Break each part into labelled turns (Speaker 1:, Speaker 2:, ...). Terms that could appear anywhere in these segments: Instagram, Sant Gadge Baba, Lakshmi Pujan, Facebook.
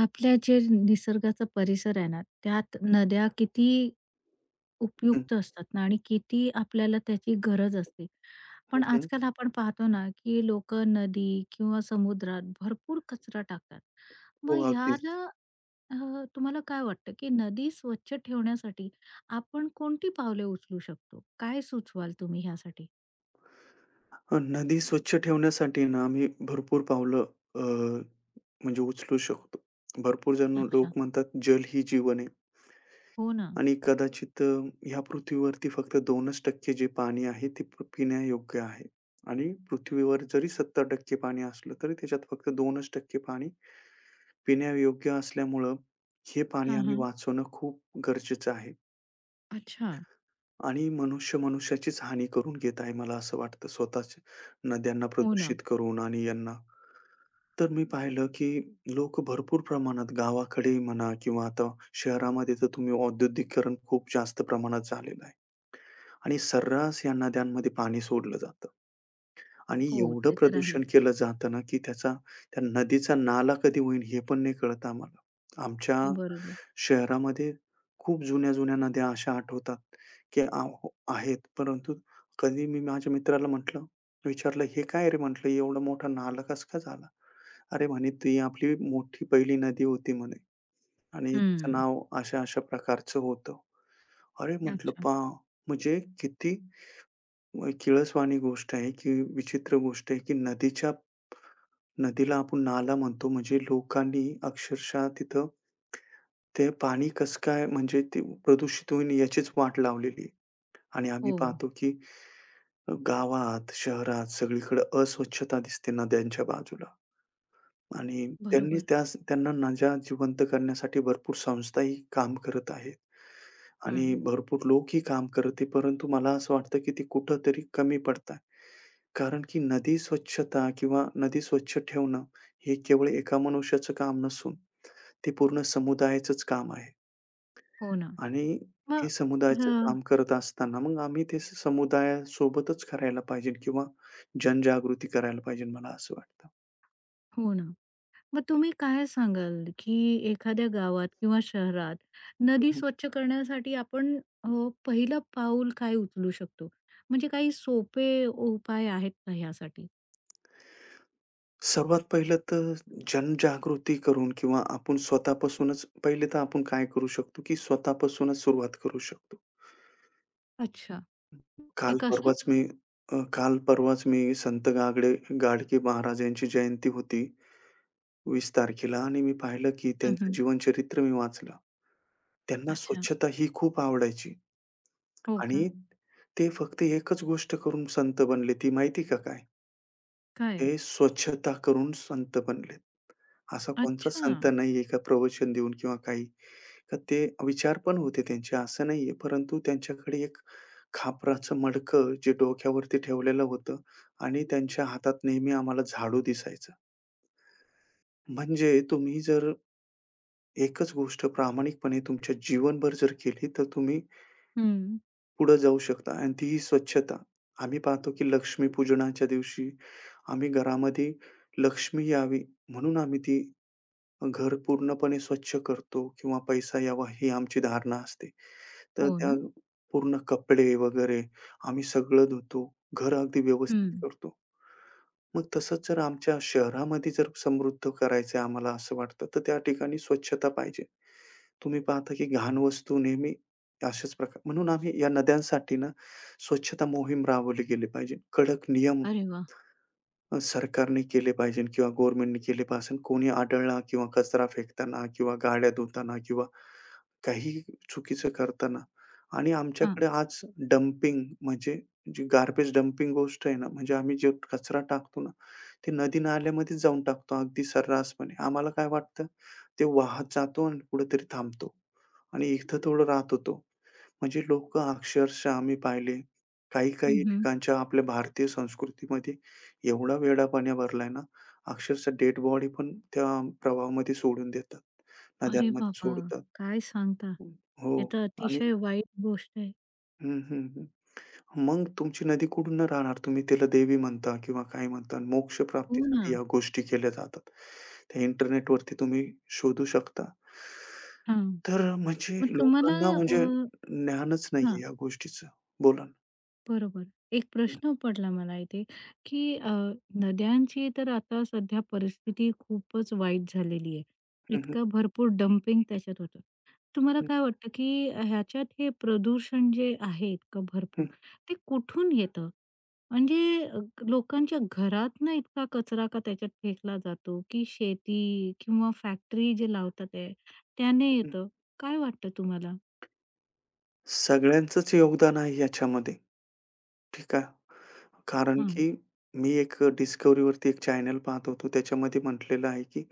Speaker 1: आपल्या जे निसर्गाचा परिसर आहे ना, त्यात नद्या किती
Speaker 2: हं,
Speaker 1: उपयुक्त असतात ना आणि किती आपल्याला त्याची गरज असते.
Speaker 2: हं,
Speaker 1: पण
Speaker 2: हं.
Speaker 1: आजकाल आपण पाहतो ना, की लोकं नदी किंवा समुद्रात भरपूर कचरा टाकतात. मग
Speaker 2: हो, अगदीच.
Speaker 1: ह्याला अ, तुम्हाला काय वाटतं, की नदी स्वच्छ ठेवण्यासाठी आपण कोणती पावले उचलू शकतो? काय सुचवाल तुम्ही ह्यासाठी?
Speaker 2: नदी स्वच्छ ठेवण्यासाठी ना आम्ही भरपूर पावलं अ, म्हणजे उचलू शकतो. भरपूर जण
Speaker 1: अच्छा.
Speaker 2: लोक म्हणतात, "जल ही जीवन आहे"
Speaker 1: हो ना.
Speaker 2: आणि कदाचित ह्या पृथ्वीवरती फक्त 2% जे पाणी आहे ते पिण्यायोग्य आहे आणि पृथ्वीवर जरी 70% पाणी असलं, तरी त्याच्यात फक्त 2% पाणी पिण्यायोग्य असल्यामुळं हे पाणी
Speaker 1: हां,
Speaker 2: आम्ही
Speaker 1: हां.
Speaker 2: वाचवणं खूप गरजेचं आहे.
Speaker 1: अच्छा.
Speaker 2: आणि मनुष्याचीच हानी करून घेत आहे, मला असं वाटतं स्वतःच नद्यांना
Speaker 1: हो ना.
Speaker 2: प्रदूषित करून आणि यांना. तर मी पाहिलं, की लोक भरपूर प्रमाणात गावाकडे म्हणा किंवा आता शहरामध्ये तर तुम्ही औद्योगिकीकरण खूप जास्त प्रमाणात झालेलं आहे आणि सर्रास या नद्यांमध्ये पाणी सोडलं जातं. आणि
Speaker 1: हो,
Speaker 2: एवढं
Speaker 1: ते तर आहेच.
Speaker 2: प्रदूषण केलं जातं ना, की त्याचा त्या नदीचा नाला कधी होईल हे पण नाही कळत आम्हाला. आमच्या
Speaker 1: बरोबर.
Speaker 2: शहरामध्ये खूप जुन्या-जुन्या नद्या अशा आठवतात, की आहेत. परंतु कधी मी माझ्या मित्राला म्हटलं, विचारलं, "हे काय रे?" म्हटलं, "एवढा मोठा नाला कसं काय झाला?" "अरे," म्हणे, "ती आपली मोठी पहिली नदी होती," म्हणे, "आणि तिचं
Speaker 1: हं.
Speaker 2: नाव अशा-अशा प्रकारचं होतं." "अरे," म्हटलं,
Speaker 1: अच्छा.
Speaker 2: "पहा म्हणजे किती" किळसवाणी गोष्ट आहे, की विचित्र गोष्ट आहे, की नदीला आपण नाला म्हणतो. म्हणजे लोकांनी अक्षरशः तिथं ते पाणी कसं काय म्हणजे ते प्रदूषित होईल याचीच वाट लावलेली आहे. आणि आम्ही
Speaker 1: हो.
Speaker 2: पाहतो, की गावात, शहरात सगळीकडे अस्वच्छता दिसते नद्यांच्या बाजूला आणि त्यांनी
Speaker 1: बरोबर.
Speaker 2: त्यास त्यांना नद्या जिवंत करण्यासाठी भरपूर संस्थाही काम करत आहेत आणि
Speaker 1: हं.
Speaker 2: भरपूर लोकही काम करत आहे. परंतु मला असं वाटतं, की ते कुठेतरी कमी पडत कारण की नदी स्वच्छता किंवा नदी स्वच्छ ठेवणं हे केवळ एका मनुष्याचं काम नसून ते पूर्ण समुदायाचंच काम आहे.
Speaker 1: हो ना.
Speaker 2: आणि हे
Speaker 1: मग
Speaker 2: समुदायाचं
Speaker 1: हं,
Speaker 2: काम करत असताना मग आम्ही ते समुदायासोबतच करायला पाहिजे किंवा जनजागृती करायला पाहिजे मला असं वाटतं.
Speaker 1: हो ना. मग तुम्ही काय सांगाल, की एखाद्या गावात किंवा शहरात नदी
Speaker 2: हं,
Speaker 1: स्वच्छ करण्यासाठी आपण अ, पहिलं पाऊल काय उचलू शकतो? म्हणजे काही सोपे उपाय आहेत का ह्यासाठी?
Speaker 2: सर्वात पहिलं तर जनजागृती करून किंवा आपण स्वतःपासूनच पहिले तर आपण काय करू शकतो, की स्वतःपासूनच सुरुवात करू शकतो.
Speaker 1: अच्छा. ते
Speaker 2: काल
Speaker 1: कसं?
Speaker 2: परवाच मी काल परवाच मी संत गागडे गाडगे महाराज यांची जयंती होती 20 तारखेला आणि मी पाहिलं की
Speaker 1: हं,
Speaker 2: त्यांचं
Speaker 1: हं.
Speaker 2: जीवनचरित्र मी वाचलं. त्यांना
Speaker 1: अच्छा.
Speaker 2: स्वच्छता ही खूप आवडायची
Speaker 1: हो
Speaker 2: आणि
Speaker 1: का?
Speaker 2: ते फक्त एकच गोष्ट करून संत बनले. ती माहिती का काय? ते
Speaker 1: काय?
Speaker 2: स्वच्छता करून संत बनले. असा कोणचा
Speaker 1: अच्छा.
Speaker 2: संत नाहीये का प्रवचन देऊन किंवा काही. तर ते विचार पण होते त्यांचे असं नाहीये. परंतु त्यांच्याकडे एक खापराचं मडकं जे डोक्यावरती ठेवलेलं होतं आणि त्यांच्या हातात नेहमी आम्हाला झाडू दिसायचं. म्हणजे तुम्ही जर एकच गोष्ट प्रामाणिकपणे तुमच्या जीवनभर जर केली, तर तुम्ही
Speaker 1: हं.
Speaker 2: पुढं जाऊ शकता आणि ती ही स्वच्छता. आम्ही पाहतो की लक्ष्मीपूजनाच्या दिवशी आम्ही घरामध्ये लक्ष्मी यावी म्हणून आम्ही ती घर पूर्णपणे स्वच्छ करतो किंवा पैसा यावा ही आमची धारणा असते. तर
Speaker 1: हो
Speaker 2: त्या
Speaker 1: ना?
Speaker 2: पूर्ण कपडे वगैरे आम्ही सगळं धुतो. घर अगदी
Speaker 1: हं.
Speaker 2: व्यवस्थित करतो. मग तसंच जर आमच्या शहरामध्ये जर समृद्ध करायचं आहे आम्हाला असं वाटतं, तर त्या ठिकाणी स्वच्छता पाहिजे. तुम्ही पाहता की घाण वस्तू नेहमी अशाच प्रकार म्हणून आम्ही या नद्यांसाठी ना स्वच्छता मोहीम राबवली गेली पाहिजे. कडक नियम
Speaker 1: अरे वाह!
Speaker 2: सरकारने केले पाहिजे किंवा गव्हर्नमेंटने केले पाहिजे. कोणी आढळला किंवा कचरा फेकताना किंवा गाड्या धुताना किंवा काही चुकीचं करताना आणि
Speaker 1: हां.
Speaker 2: आमच्याकडे आज डंपिंग म्हणजे जी गार्बेज डंपिंग गोष्ट आहे ना, म्हणजे आम्ही जे कचरा टाकतो ना, ते नदी-नाल्यामध्येच जाऊन टाकतो अगदी सर्रासपणे. आम्हाला काय वाटतं, ते वाहत जातो आणि कुठेतरी थांबतो आणि इथं थोडं राहतो तो. म्हणजे लोकं अक्षरशः आम्ही पाहिले
Speaker 1: हं,
Speaker 2: काही-काही
Speaker 1: हं.
Speaker 2: ठिकाणच्या आपल्या भारतीय संस्कृतीमध्ये एवढा वेडा पाण्या भरलाय ना, अक्षरशः डेड बॉडी पण त्या प्रवाहामध्ये सोडून देतात.
Speaker 1: अरे
Speaker 2: नद्यांमध्ये
Speaker 1: बाबा!
Speaker 2: सोडतात.
Speaker 1: काय सांगता?
Speaker 2: हो.
Speaker 1: हे तर
Speaker 2: आणि
Speaker 1: अतिशय वाईट गोष्ट आहे.
Speaker 2: हं, हं, हं. मग तुमची नदी कुठून न राहणार? तुम्ही तिला देवी म्हणता किंवा काय म्हणता. मोक्ष
Speaker 1: हो ना.
Speaker 2: प्राप्तीसाठी या गोष्टी केल्या जातात. त्या इंटरनेटवरती तुम्ही शोधू शकता.
Speaker 1: हां.
Speaker 2: तर म्हणजे
Speaker 1: मग तुम्हाला
Speaker 2: लोकांना
Speaker 1: अ,
Speaker 2: म्हणजे ज्ञानच नाहीये
Speaker 1: हां,
Speaker 2: या गोष्टीचं. बोला ना.
Speaker 1: बरोबर. एक प्रश्न पडला मला इथे, की अ, नद्यांची तर आता सध्या परिस्थिती खूपच वाईट झालेली आहे.
Speaker 2: हं, हं, हं,
Speaker 1: इतकं भरपूर डंपिंग त्याच्यात होतं. तुम्हाला
Speaker 2: हं,
Speaker 1: काय वाटतं, की ह्याच्यात हे प्रदूषण जे आहे इतकं
Speaker 2: हं,
Speaker 1: भरपूर, ते कुठून येतं? म्हणजे अ, लोकांच्या घरातनं इतका कचरा का त्याच्यात फेकला जातो, की शेती किंवा फॅक्टरी जे लावतात आहे त्याने
Speaker 2: हं.
Speaker 1: येतं? काय वाटतं तुम्हाला?
Speaker 2: सगळ्यांचंच योगदान आहे याच्यामध्ये. ठीक आहे. कारण
Speaker 1: हां.
Speaker 2: की मी एक डिस्कव्हरीवरती एक चॅनल पाहत होतो. त्याच्यामध्ये म्हटलेलं आहे, की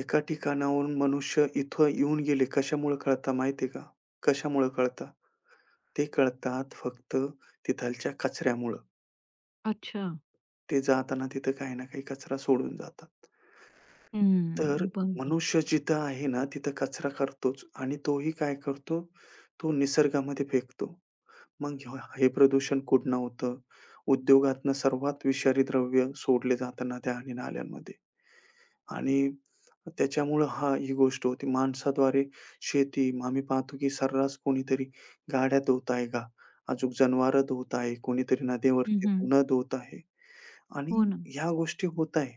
Speaker 2: एका ठिकाणाहून मनुष्य इथं येऊन गेले कशामुळे कळतं माहिती आहे का? कशामुळे कळतं? ते कळतात फक्त तिथालच्या कचऱ्यामुळं.
Speaker 1: अच्छा.
Speaker 2: ते जाताना तिथं काही ना काही कचरा सोडून जातात. तर
Speaker 1: हम्म, बरोबर.
Speaker 2: मनुष्य जिथं आहे ना, तिथं कचरा करतोच आणि तोही काय करतो, तो निसर्गामध्ये फेकतो. मग हे प्रदूषण कुठनं होतं? उद्योगातनं सर्वात विषारी द्रव्य सोडले जाताना त्या आणि नाल्यांमध्ये. आणि त्याच्यामुळं हां, ही गोष्ट होती. माणसाद्वारे शेती, आम्ही पाहतो की सर्रास कोणीतरी गाड्या धुवत आहे का, अचूक जनावरं धुवत आहे, कोणीतरी
Speaker 1: हं,
Speaker 2: नदीवरती
Speaker 1: हं.
Speaker 2: उन्हं धुवत आहे आणि
Speaker 1: हो ना.
Speaker 2: ह्या गोष्टी होत आहे.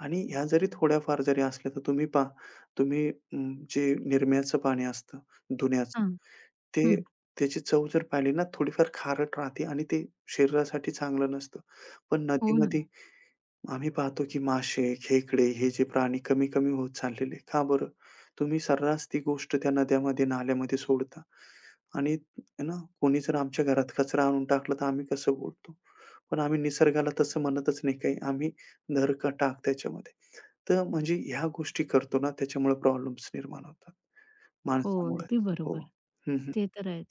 Speaker 2: आणि ह्या जरी थोड्याफार जरी असल्या, तर तुम्ही पहा, तुम्ही जे निरम्याचं पाणी असतं धुण्याचं,
Speaker 1: हां.
Speaker 2: ते
Speaker 1: हं.
Speaker 2: त्याची चव जर पाहिली ना, थोडीफार खारट राहते आणि ते शरीरासाठी चांगलं नसतं. पण
Speaker 1: हो ना.
Speaker 2: नदीमध्ये आम्ही पाहतो की मासे, खेकडे हे जे प्राणी कमी-कमी होत चाललेले. का बरं? तुम्ही सर्रास ती गोष्ट त्या नद्यामध्ये, नाल्यामध्ये सोडता आणि आहे ना, कोणी जर आमच्या घरात कचरा आणून टाकला तर आम्ही कसं बोलतो? पण आम्ही निसर्गाला तसं म्हणतच नाही काही. आम्ही धर का टाक त्याच्यामध्ये. तर म्हणजे ह्या गोष्टी करतो ना, त्याच्यामुळे प्रॉब्लेम्स निर्माण होतात
Speaker 1: हो,
Speaker 2: माणसामुळेच.
Speaker 1: अगदी
Speaker 2: हो.
Speaker 1: बरोबर.
Speaker 2: हं, हं.
Speaker 1: ते तर आहेच.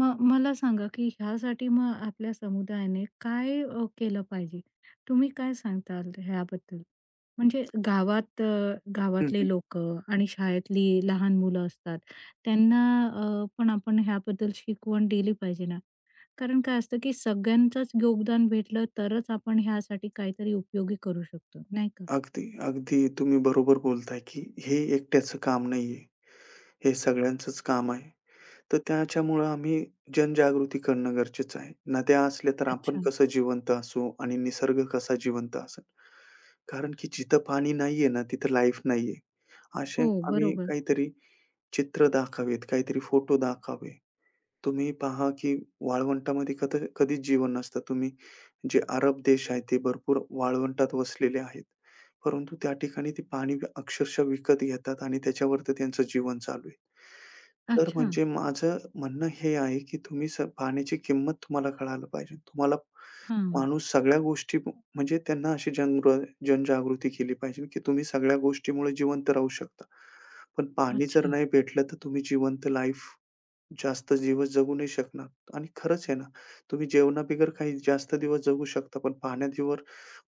Speaker 1: मग मला सांगा, की ह्यासाठी मग आपल्या समुदायाने काय केलं पाहिजे? तुम्ही काय सांगताल ह्याबद्दल? म्हणजे
Speaker 2: हं, हं.
Speaker 1: गावातले लोकं आणि शाळेतली लहान मुलं असतात, त्यांना पण आपण ह्याबद्दल शिकवण दिली पाहिजे ना? कारण काय असतं, की सगळ्यांचंच योगदान भेटलं तरच आपण ह्यासाठी काहीतरी उपयोगी करू शकतो, नाही का?
Speaker 2: अगदी, अगदी तुम्ही बरोबर बोलताय की हे एकट्याचं काम नाहीये. हे सगळ्यांचंच काम आहे. तर त्याच्यामुळं आम्ही जनजागृती करणं गरजेचं आहे. नद्या असल्या तर आपण
Speaker 1: अच्छा.
Speaker 2: कसं जिवंत असू आणि निसर्ग कसा जिवंत असेल. कारण की जिथं पाणी नाहीये ना, तिथं लाईफ नाहीये. असे
Speaker 1: हो,
Speaker 2: आम्ही
Speaker 1: बरोबर.
Speaker 2: काहीतरी चित्र दाखावेत, काहीतरी फोटो दाखावे. तुम्ही पहा की वाळवंटामध्ये कधीच जीवन नसतं. तुम्ही जे अरब देश आहेत, ते भरपूर वाळवंटात वसलेले आहेत. परंतु त्या ठिकाणी ते पाणी अक्षरशः विकत घेतात आणि त्याच्यावरती त्यांचं जीवन चालू आहे. तर
Speaker 1: अच्छा.
Speaker 2: म्हणजे माझं म्हणणं हे आहे, की तुम्ही स पाण्याची किंमत तुम्हाला कळायला पाहिजे. तुम्हाला
Speaker 1: हां.
Speaker 2: माणूस सगळ्या गोष्टी म्हणजे त्यांना अशी जनजागृती केली पाहिजे, की तुम्ही सगळ्या गोष्टीमुळे जिवंत राहू शकता. पण पाणी जर
Speaker 1: अच्छा.
Speaker 2: नाही भेटलं, तर तुम्ही जिवंत लाईफ जास्त दिवस जगू नाही शकणार आणि खरंच आहे ना, तुम्ही जेवणाबिगर काही जास्त दिवस जगू शकता, पण पाण्यादिवर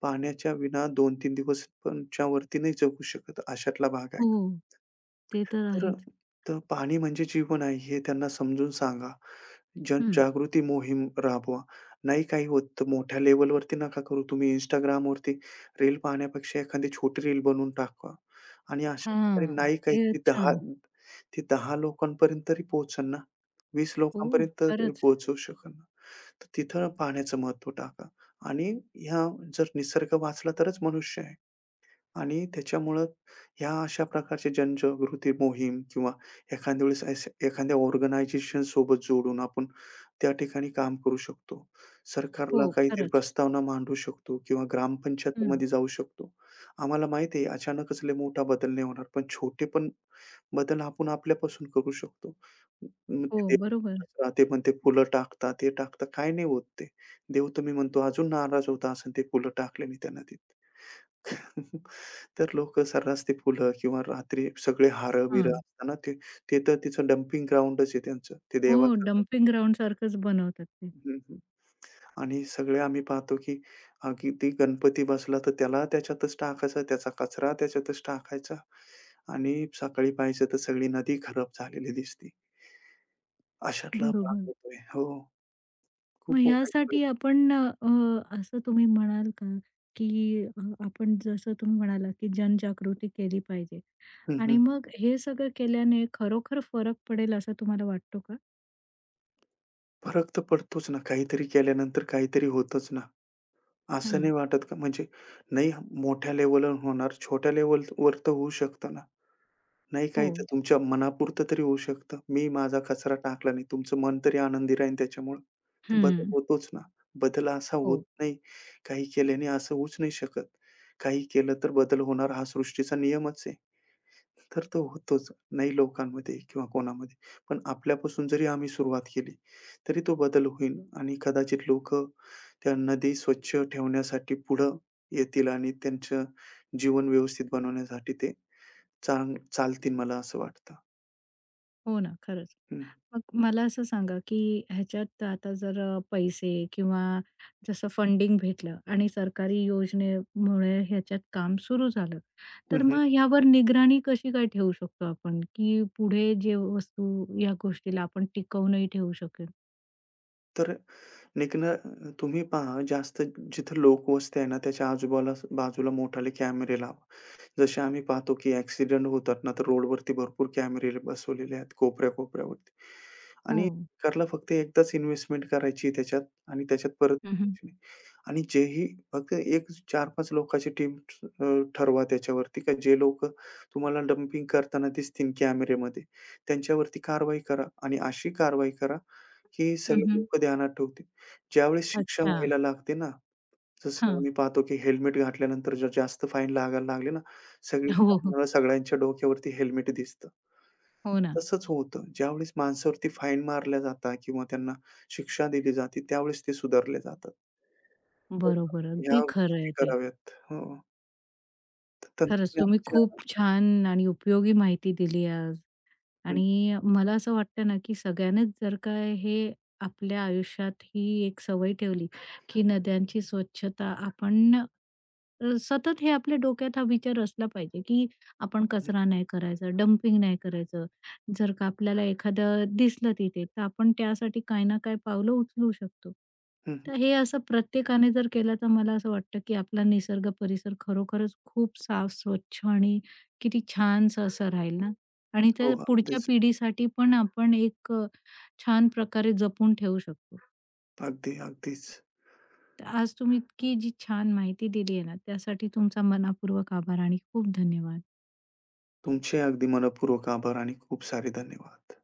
Speaker 2: पाण्याच्या विना दोन तीन दिवस पण च्या वरती नाही जगू शकत, अशातला भाग
Speaker 1: हो,
Speaker 2: आहे.
Speaker 1: ते तर
Speaker 2: तर
Speaker 1: आहेच.
Speaker 2: तर पाणी म्हणजे जीवन आहे हे त्यांना समजून सांगा.
Speaker 1: हं.
Speaker 2: जनजागृती मोहीम राबवा. नाही काही होत तर मोठ्या लेव्हलवरती नका करू. तुम्ही Instagramवरती रील पाहण्यापेक्षा एखादी छोटी रील बनवून टाका आणि अशा प्रकारे
Speaker 1: हां,
Speaker 2: नाही
Speaker 1: ते
Speaker 2: काहीतरी 10
Speaker 1: छान.
Speaker 2: ते 10 लोकांपर्यंत तरी पोहोचेल ना. 20
Speaker 1: हो,
Speaker 2: लोकांपर्यंत तरी
Speaker 1: खरंच.
Speaker 2: पोहोचू शकेल ना. तर तिथं पाण्याचं महत्त्व टाका आणि ह्या जर निसर्ग वाचला तरच मनुष्य आहे. आणि त्याच्यामुळं ह्या अशा प्रकारच्या जनजागृती मोहीम किंवा एखाद्या वेळेस एखाद्या ऑर्गनायझेशन सोबत जोडून आपण त्या ठिकाणी काम करू शकतो.
Speaker 1: हो,
Speaker 2: सरकारला काहीतरी
Speaker 1: खरंच.
Speaker 2: प्रस्तावना मांडू शकतो किंवा
Speaker 1: हं.
Speaker 2: ग्रामपंचायतीमध्ये जाऊ शकतो. आम्हाला माहिती आहे अचानकच लय मोठा बदल नाही होणार, पण छोटे पण बदल आपण आपल्यापासून करू शकतो. मग
Speaker 1: हो,
Speaker 2: ते
Speaker 1: बरोबर.
Speaker 2: देव कचरा ते पण ते फुलं टाकतात, ते टाकतात. काही नाही होत ते. देव तर म्हणतो अजून नाराज होत असेल ते फुलं टाकले नाही त्यांना तिथे. तर लोकं सर्रास ते फुलं किंवा रात्री सगळे हारं-बिरं
Speaker 1: हां.
Speaker 2: असताना ते ते तर तिचं डंपिंग ग्राउंडच आहे त्यांचं. ते
Speaker 1: हो,
Speaker 2: देवाचं
Speaker 1: डंपिंग ग्राउंडसारखंच बनवतात ते.
Speaker 2: हं, हं. आणि सगळे आम्ही पाहतो, की अगदी गणपती बसला तर त्याला त्याच्यातच टाकायचा, त्याचा कचरा त्याच्यातच टाकायचा आणि सकाळी पाहायचं तर सगळी नदी खराब झालेली दिसते. अशातला भाग
Speaker 1: बरोबर.
Speaker 2: होतोय. हो,
Speaker 1: मग
Speaker 2: खूप वाईट
Speaker 1: ह्यासाठी
Speaker 2: परिस्थिती.
Speaker 1: आपण अ, अ, असं तुम्ही म्हणाल का, की, आपण जसं तुम्ही म्हणाला, की जनजागृती केली पाहिजे
Speaker 2: हं, हं.
Speaker 1: आणि मग हे सगळं केल्याने खरोखर फरक पडेल असं तुम्हाला वाटतो का?
Speaker 2: फरक तर पडतोच ना. काहीतरी केल्यानंतर काहीतरी होतच ना. असं नाही
Speaker 1: हां.
Speaker 2: वाटत का? म्हणजे नाही मोठ्या लेव्हलवर होणार, छोट्या लेव्हलवर तर होऊ शकतं ना. नाही काही तर
Speaker 1: हो.
Speaker 2: तुमच्या मनापुरतं तरी होऊ शकतं. मी माझा कचरा टाकला नाही, तुमचं मन तरी आनंदी राहील त्याच्यामुळं. तर बदल
Speaker 1: हं.
Speaker 2: होतोच ना. बदल असा होत
Speaker 1: हो.
Speaker 2: नाही, काही केल्याने असं होऊच नाही शकत. काही केलं तर बदल होणार हा सृष्टीचा नियमच आहे. तर तो होतोच. नाही लोकांमध्ये किंवा कोणामध्ये. पण आपल्यापासून जरी आम्ही सुरुवात केली, तरी तो बदल होईल आणि कदाचित लोक, त्या नदी स्वच्छ ठेवण्यासाठी पुढं येतील आणि त्यांचं जीवन व्यवस्थित बनवण्यासाठी ते चालतील मला असं वाटतं.
Speaker 1: हो ना, खरंच.
Speaker 2: हं.
Speaker 1: मग मला असं सांगा, की ह्याच्यात आता जर पैसे किंवा जसं फंडिंग भेटलं आणि सरकारी योजनेमुळे ह्याच्यात काम सुरू झालं, तर
Speaker 2: हं,
Speaker 1: मग ह्यावर निगराणी कशी काय ठेवू शकतो आपण, की पुढे जे वस्तू या गोष्टीला आपण टिकवूनही ठेवू शकेल?
Speaker 2: तर लेकिन तुम्ही पहा जास्त जिथं लोकवस्ती आहे ना, त्याच्या बाजूला मोठाले कॅमेरे लावा. जसे आम्ही पाहतो की ॲक्सिडेंट होतात ना, तर रोडवरती भरपूर कॅमेरे बसवलेले आहेत कोपऱ्या-कोपऱ्यावरती.
Speaker 1: हो.
Speaker 2: आणि सरकारला फक्त एकदाच इन्व्हेस्टमेंट करायची आहे त्याच्यात आणि त्याच्यात परत
Speaker 1: हं, हं.
Speaker 2: करायची नाही. आणि जेही फक्त एक 4-5 लोकांची टीम ठरवा त्याच्यावरती का जे लोकं तुम्हाला डंपिंग करताना दिसतील कॅमेरेमध्ये, त्यांच्यावरती कारवाई करा आणि अशी कारवाई करा की सगळे लोकं ध्यानात ठेवतील. ज्यावेळेस शिक्षा
Speaker 1: अच्छा.
Speaker 2: व्हायला लागते ना, जसं
Speaker 1: हां.
Speaker 2: आम्ही पाहतो की हेल्मेट घातल्यानंतर जर जास्त फाईन लागायला लागले ना, सगळीकडे
Speaker 1: हो, हो.
Speaker 2: आम्हाला सगळ्यांच्या डोक्यावरती हेल्मेट दिसतं.
Speaker 1: हो ना.
Speaker 2: तसंच होतं. ज्यावेळेस माणसावरती फाईन मारल्या जातात किंवा त्यांना शिक्षा दिली जाते, त्यावेळेस ते सुधारले जातात. तर
Speaker 1: बरोबर.
Speaker 2: ह्या
Speaker 1: अगदी खरं
Speaker 2: गोष्टी
Speaker 1: आहे ते.
Speaker 2: कराव्यात. हो.
Speaker 1: खरंच तुम्ही
Speaker 2: तंत्रज्ञानाच्या
Speaker 1: खूप छान आणि उपयोगी माहिती दिली आज.
Speaker 2: हं,
Speaker 1: आणि मला असं वाटतं ना, की सगळ्यांनीच जर का हे आपल्या आयुष्यात ही एक सवय ठेवली, की नद्यांची स्वच्छता आपण सतत हे आपल्या डोक्यात हा विचार असला पाहिजे, की आपण
Speaker 2: हं,
Speaker 1: कचरा नाही करायचा, डंपिंग नाही करायचं. जर का आपल्याला एखादं दिसलं तिथे, तर आपण त्यासाठी काही ना काही पावलं उचलू शकतो.
Speaker 2: हं, हं.
Speaker 1: तर हे असं प्रत्येकाने जर केलं, तर मला असं वाटतं, की आपला निसर्ग परिसर खरोखरच खूप साफ, स्वच्छ आणि किती छानसं असं राहील ना. आणि
Speaker 2: हो,
Speaker 1: त्या पुढच्या
Speaker 2: अगदीच.
Speaker 1: पिढीसाठी पण आपण एक छान प्रकारे जपून ठेवू शकतो.
Speaker 2: अगदी, अगदीच.
Speaker 1: तर आज तुम्ही इतकी जी छान माहिती दिली आहे ना, त्यासाठी तुमचा मनापूर्वक आभार आणि खूप धन्यवाद.
Speaker 2: तुमचे अगदी मनःपूर्वक आभार आणि खूप सारे धन्यवाद.